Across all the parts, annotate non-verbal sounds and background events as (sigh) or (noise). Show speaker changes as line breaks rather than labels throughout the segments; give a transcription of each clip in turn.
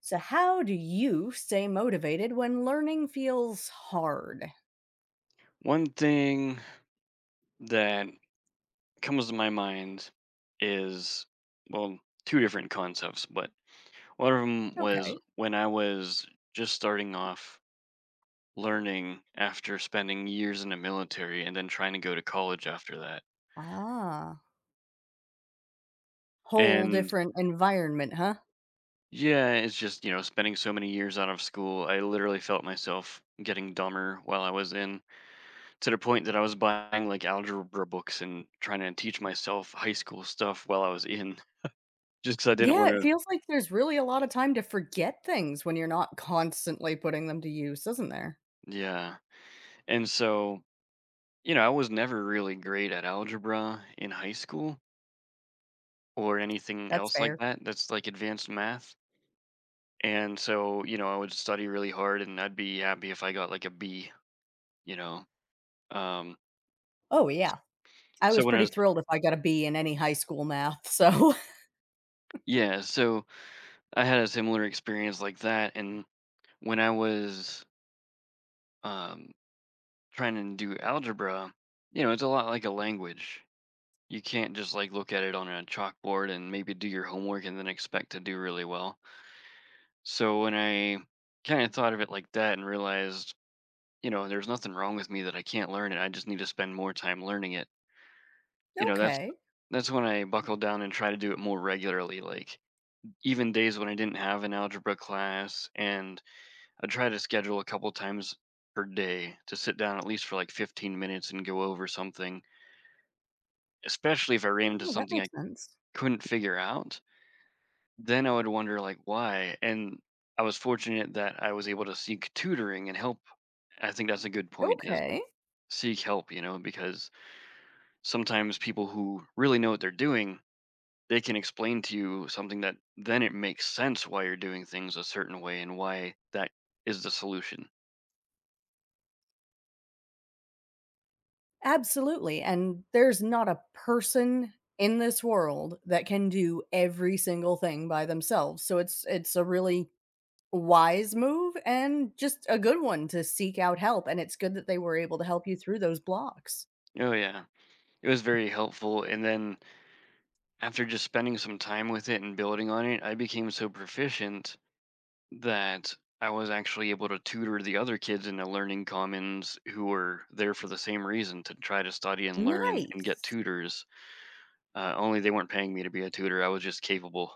So, how do you stay motivated when learning feels hard?
One thing that comes to my mind is, well, two different concepts, but one of them was
Okay.
when I was just starting off learning after spending years in the military and then trying to go to college after that.
Ah, whole
And
different environment, huh?
yeah, it's just, spending so many years out of school, I literally felt myself getting dumber while I was in, to the point that I was buying like algebra books and trying to teach myself high school stuff while I was in, just because I didn't
Yeah,
want
it
to.
feels like there's really a lot of time to forget things when you're not constantly putting them to use, doesn't there?
Yeah. And so, I was never really great at algebra in high school or anything
That's
else like
fair.
that. That's like advanced math. And so, I would study really hard and I'd be happy if I got like a B, you know. Um
Oh, yeah. I was
so when I
pretty
was
thrilled if I got a B in any high school math. So,
yeah, so I had a similar experience like that, and when I was um trying to do algebra. It's a lot like a language. You can't just like look at it on a chalkboard and maybe do your homework and then expect to do really well. So when I kind of thought of it like that and realized, there's nothing wrong with me that I can't learn it. I just need to spend more time learning it.
(laughs)
You know, that's
okay.
that's when I buckled down and try to do it more regularly, like even days when I didn't have an algebra class, and I try to schedule a couple times per day to sit down at least for like 15 minutes and go over something, especially if I ran into
No, that
something I
makes sense.
couldn't figure out. Then I would wonder like why. And I was fortunate that I was able to seek tutoring and help. I think that's a good point, is
Okay.
seek help, because sometimes people who really know what they're doing, they can explain to you something that then it makes sense why you're doing things a certain way and why that is the solution.
Absolutely, and there's not a person in this world that can do every single thing by themselves, so it's a really wise move and just a good one to seek out help, and it's good that they were able to help you through those blocks.
Oh, yeah. It was very helpful, and then after just spending some time with it and building on it, I became so proficient that I was actually able to tutor the other kids in the Learning Commons who were there for the same reason, to try to study and learn, and get
Nice.
tutors. Only they weren't paying me to be a tutor, I was just capable.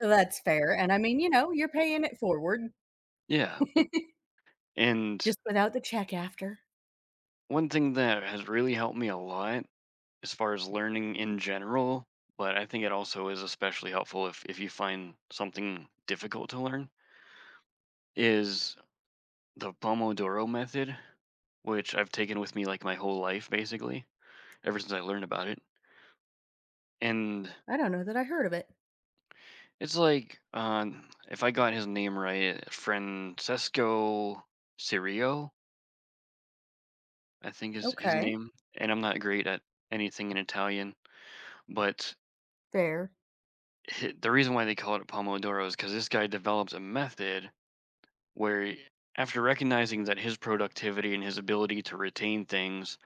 That's fair, and I mean, you know, you're paying it forward.
Yeah.
(laughs)
And
Just without the check after.
one thing that has really helped me a lot as far as learning in general, but I think it also is especially helpful if you find something difficult to learn, is the Pomodoro method, which I've taken with me like my whole life basically, ever since I learned about it. And
I don't know that I heard of it.
it's like, if I got his name right, Francesco Cirio, I think is his
Okay.
name. And I'm not great at anything in Italian, but
Fair.
the reason why they call it Pomodoro is because this guy develops a method where, after recognizing that his productivity and his ability to retain things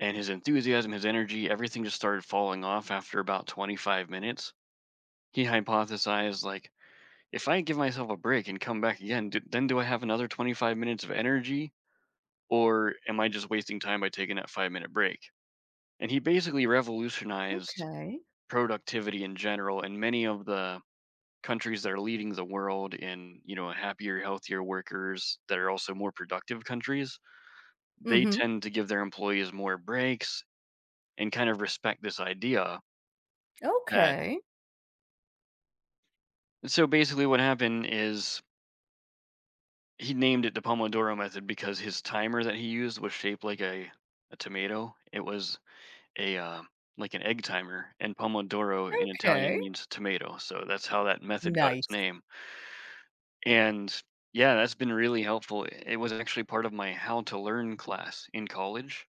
and his enthusiasm, his energy, everything just started falling off after about 25 minutes, he hypothesized, like, if I give myself a break and come back again, then do I have another 25 minutes of energy, or am I just wasting time by taking that 5-minute break? And he basically revolutionized
Okay.
productivity in general, and many of the countries that are leading the world in, happier, healthier workers that are also more productive countries, they
Mhm.
tend to give their employees more breaks and kind of respect this idea that.
Okay.
So basically what happened is, he named it the Pomodoro method because his timer that he used was shaped like a tomato. It was a, like an egg timer, and Pomodoro in
Okay.
Italian means tomato, so that's how that method got its
Nice.
name. And yeah, that's been really helpful. It was actually part of my how to learn class in college,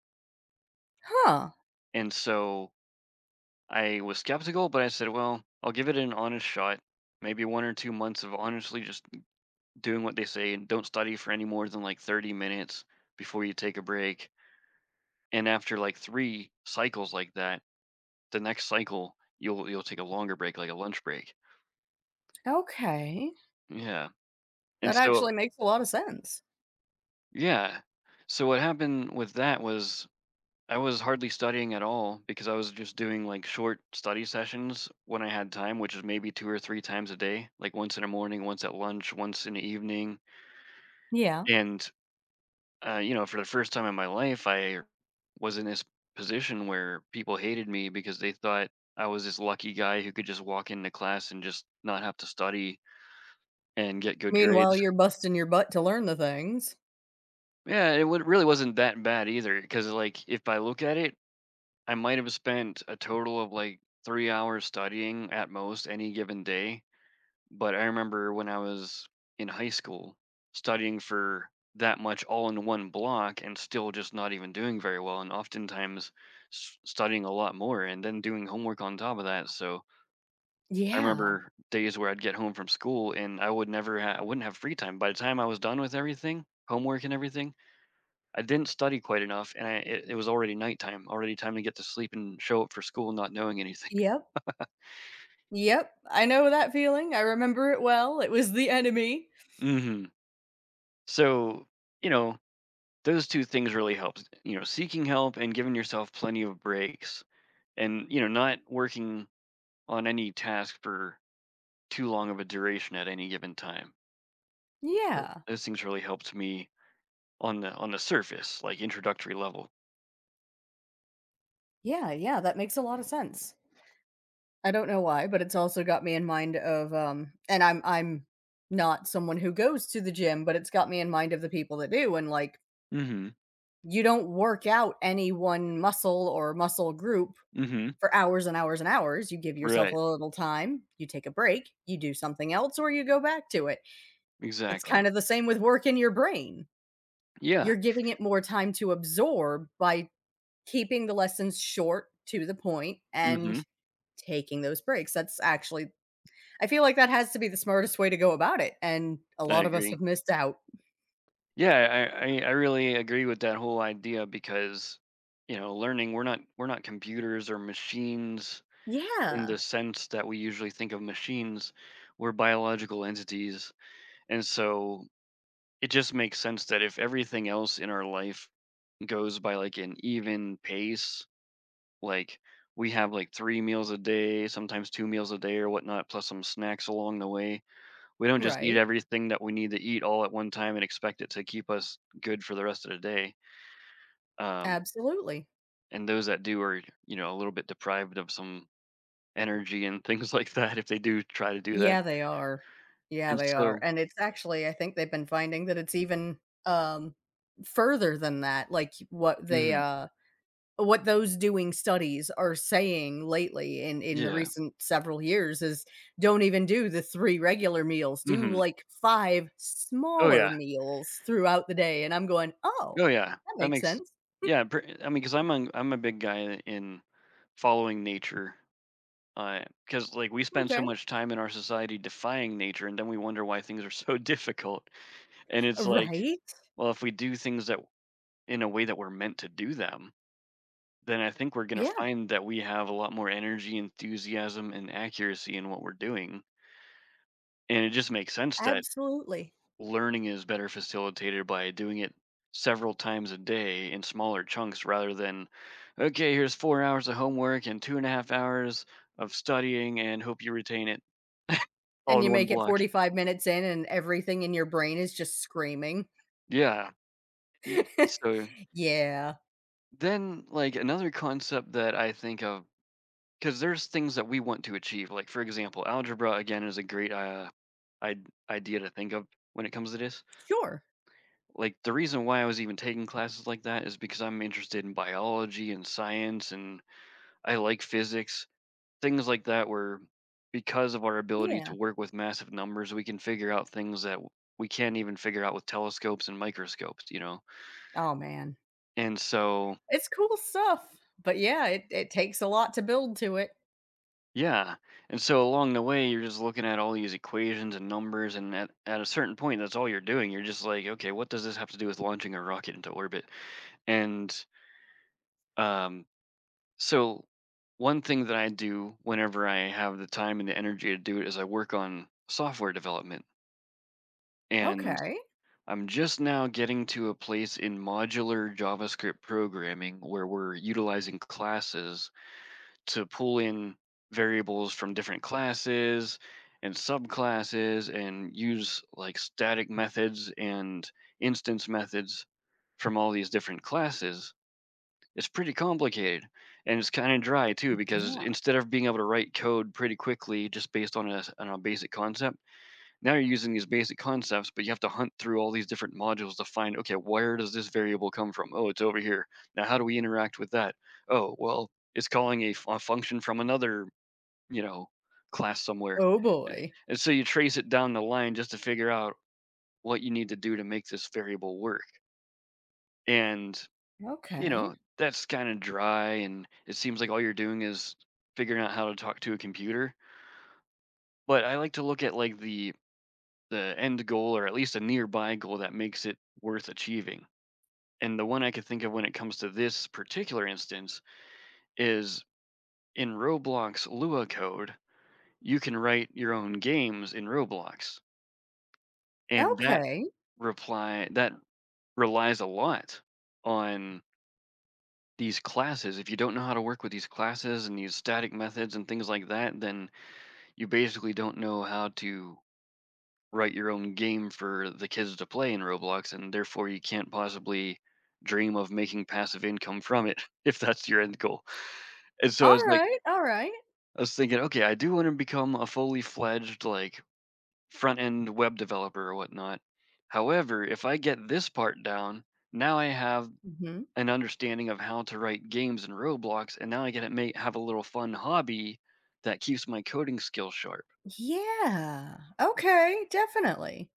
Huh.
and so I was skeptical, but I said, "Well, I'll give it an honest shot." Maybe 1 or 2 months of honestly just doing what they say, and don't study for any more than, like, 30 minutes before you take a break. And after like 3 cycles like that, the next cycle, you'll take a longer break, like a lunch break.
Okay.
Yeah. And
That actually
so,
makes a lot of sense.
yeah. So what happened with that was, I was hardly studying at all because I was just doing like short study sessions when I had time, which is maybe 2 or 3 times a day, like once in the morning, once at lunch, once in the evening.
Yeah.
And for the first time in my life, I was in this position where people hated me because they thought I was this lucky guy who could just walk into class and just not have to study and get good grades.
Meanwhile, you're busting your butt to learn the things.
Yeah, it really wasn't that bad either. Because, like, if I look at it, I might have spent a total of like 3 hours studying at most any given day. But I remember when I was in high school studying for that much all in one block and still just not even doing very well, and oftentimes studying a lot more and then doing homework on top of that. So I
Yeah.
remember days where I'd get home from school and I wouldn't have free time. By the time I was done with everything, homework and everything, I didn't study quite enough, and it was already nighttime, already time to get to sleep and show up for school, not knowing anything.
Yep. Yep, I know that feeling, I remember it well, it was the enemy.
(laughs) Hmm. So, you know, those two things really helps, seeking help and giving yourself plenty of breaks, and not working on any task for too long of a duration at any given time.
Yeah.
Those things really helped me on the surface, like, introductory level.
Yeah, yeah, that makes a lot of sense. I don't know why, but it's also got me in mind of, and I'm not someone who goes to the gym, but it's got me in mind of the people that do, and, like,
Mhm.
you don't work out any one muscle or muscle group
Mhm.
for hours and hours and hours. You give yourself a
Right.
little time, you take a break, you do something else, or you go back to it. It's kind
Exactly.
of the same with work in your brain.
Yeah.
You're giving it more time to absorb by keeping the lessons short to the point and
Mhm.
taking those breaks. That's actually, I feel like that has to be the smartest way to go about it. And a
I
lot of us have
agree.
missed out.
Yeah. I really agree with that whole idea, because learning, we're not computers or machines in
Yeah,
the sense that we usually think of machines, we're biological entities. And so it just makes sense that if everything else in our life goes by like an even pace, like, we have like three meals a day, sometimes two meals a day or whatnot, plus some snacks along the way. We don't just eat
right.
everything that we need to eat all at one time and expect it to keep us good for the rest of the day. Um,
Absolutely.
and those that do are, a little bit deprived of some energy and (laughs) things like that if they do try to do that.
Yeah, they are. Yeah,
And
they are,
so.
and it's actually I think they've been finding that it's even, um, further than that, like,
Mhm.
what those doing studies are saying lately in the
Yeah.
recent several years is don't even do the 3 regular meals, do,
Mhm.
like, 5
Oh,
smaller
yeah.
meals throughout the day, and I'm going, "Oh,
Oh, yeah.
that
That
makes
makes.
sense.
Yeah,
(laughs)
pre I mean, because 'cause I'm a big guy in following nature, because like, we spend so
Okay."
much time in our society defying nature, and then we wonder why things are so (laughs) difficult, and it's like,
Right?
well, if we do things that in a way that we're meant to do them, then I think we're gonna
Yeah,
find that we have a lot more energy, enthusiasm, and accuracy in what we're doing, and it just makes sense that
absolutely,
learning is better facilitated by doing it several times a day in smaller chunks rather than, okay, here's 4 hours of homework and 2.5 hours of studying and hope you retain it all
and
in
you
one
make it
block.
45 minutes in and everything in your brain is just screaming.
Yeah. y-
(laughs)
so
Yeah.
then like another concept that I think of, because there's things that we want to achieve, like for example algebra again is a great, I- idea to think of when it comes to this.
Sure.
Like, the reason why I was even taking classes like that is because I'm interested in biology and science, and I like physics, things like that, where, because of our ability
Yeah.
to work with massive numbers, we can figure out things that we can't even figure out with telescopes and microscopes.
Oh, man.
And so,
It's cool stuff. But, yeah, it takes a lot to build to it.
yeah. And so along the way, you're just looking at all these equations and numbers, and at a certain point, that's all you're doing. You're just like, okay, what does this have to do with launching a rocket into orbit? And um so one thing that I do whenever I have the time and the energy to do it is I work on software development. And
Okay.
I'm just now getting to a place in modular JavaScript programming where we're utilizing classes to pull in variables from different classes and subclasses and use like static methods and instance methods from all these different classes. It's pretty complicated and it's kind of dry too because
Yeah.
instead of being able to write code pretty quickly just based on on a basic concept, now you're using these basic concepts, but you have to hunt through all these different modules to find, okay, where does this variable come from? Oh, it's over here. Now, how do we interact with that? Oh, well, it's calling a function from another, you know, class somewhere.
Oh,
Uh,
boy.
And so you trace it down the line just to figure out what you need to do to make this variable work. And, you
Okay.
know, that's kind of dry. And it seems like all you're doing is figuring out how to talk to a computer. But I like to look at like the end goal or at least a nearby goal that makes it worth achieving. And the one I could think of when it comes to this particular instance is in Roblox Lua code, you can write your own games in Roblox. And that
Okay.
reply that relies a lot on these classes. If you don't know how to work with these classes and these static methods and things like that, then you basically don't know how to write your own game for the kids to play in Roblox, and therefore you can't possibly dream of making passive income from it (laughs) if that's your end goal. And so I was like,
Alright, alright.
I was thinking, okay, I do want to become a fully fledged like front end web developer or whatnot. However, if I get this part down, now I have
Mhm.
an understanding of how to write games in Roblox, and now I get to make have a little fun hobby that keeps my coding skills sharp.
Yeah. Okay, definitely.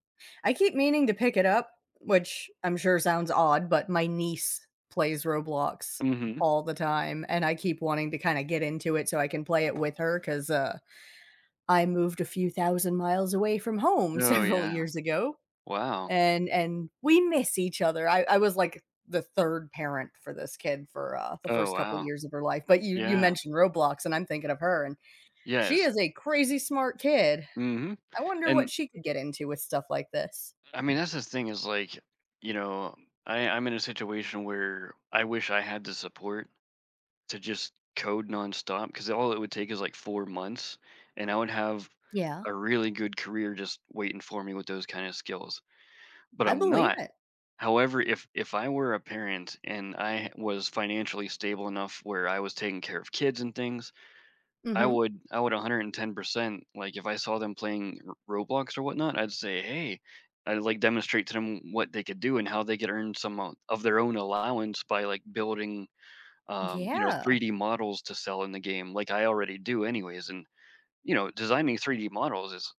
I keep meaning to pick it up, which I'm sure sounds odd, but my niece plays Roblox
Hmm.
all the time, and I keep wanting to kinda get into it so I can play it with her I moved a few thousand miles away from home (laughs)
Oh
several
yeah.
years ago,
Wow.
and we miss each other. I was, like, the 3rd parent for this kid for, the
Oh
first couple
wow.
years of her life, but you
Yeah.
mentioned Roblox, and I'm thinking of her, and she
Yes.
is a crazy smart kid.
Mhm.
I wonder what
And
she could get into with stuff like this.
I mean, that's the thing is like, you know, I'm in a situation where I wish I had the support to just code nonstop because all it would take is like 4 months and I would have
Yeah,
a really good career just waiting for me with those kind of skills. But
I
I'm
believe
not.
it.
However, if I were a parent and I was financially stable enough where I was taking care of kids and things, I
Mhm.
would I would 110%, like, if I saw them playing R Roblox or whatnot, I'd say, "Hey." I'd, like, demonstrate to them what they could do and how they could earn some o of their own allowance by, like, building, you know,
Yeah.
3D models to sell in the game, like I already do anyways, and, you know, designing 3D models is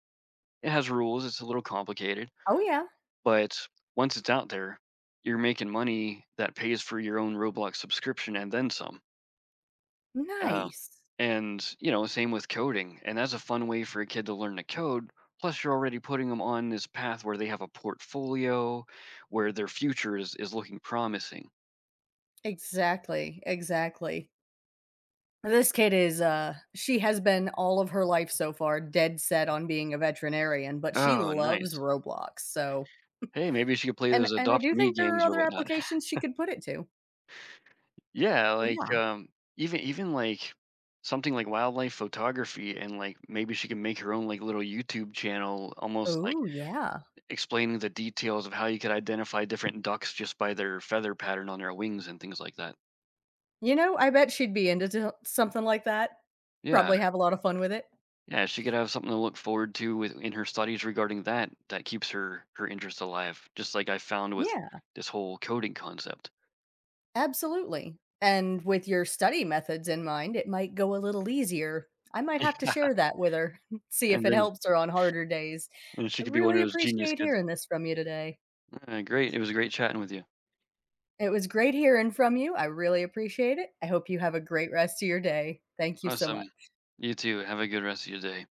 it has rules, it's a little complicated,
Oh, yeah.
but once it's out there, you're making money that pays for your own Roblox subscription and then some. Um,
Nice.
and you know, same with coding, and that's a fun way for a kid to learn to code. Plus, you're already putting them on this path where they have a portfolio, where their future is looking promising.
Exactly, exactly. This kid is, she has been all of her life so far dead set on being a veterinarian, but she
Oh,
loves
nice.
Roblox, so
Hey, maybe she could play those
and I
Adopt
do
Me
think there are
games or
other
whatnot. (laughs)
applications she could put it to.
Yeah, like
Yeah.
even like something like wildlife photography, and like maybe she can make her own like little YouTube channel, almost like
Oh, yeah.
explaining the details of how you could identify different ducks just by their feather pattern on their wings and things like that.
You know, I bet she'd be into to something like that.
Yeah,
Probably have a lot of fun with it.
yeah, she could have something to look forward to with in her studies regarding that. That keeps her interest alive, just like I found with
Yeah,
this whole coding concept.
absolutely. And with your study methods in mind, it might go a little easier. I might have to share
(laughs)
that with her, (laughs) see if
And
it
then
helps her on harder days.
and she
I
could be one
really
of those genius
appreciate
kids.
hearing this from you today.
Great, it was great chatting with you.
It was great hearing from you. I really appreciate it. I hope you have a great rest of your day. Thank you so
Awesome.
much.
You too. Have a good rest of your day.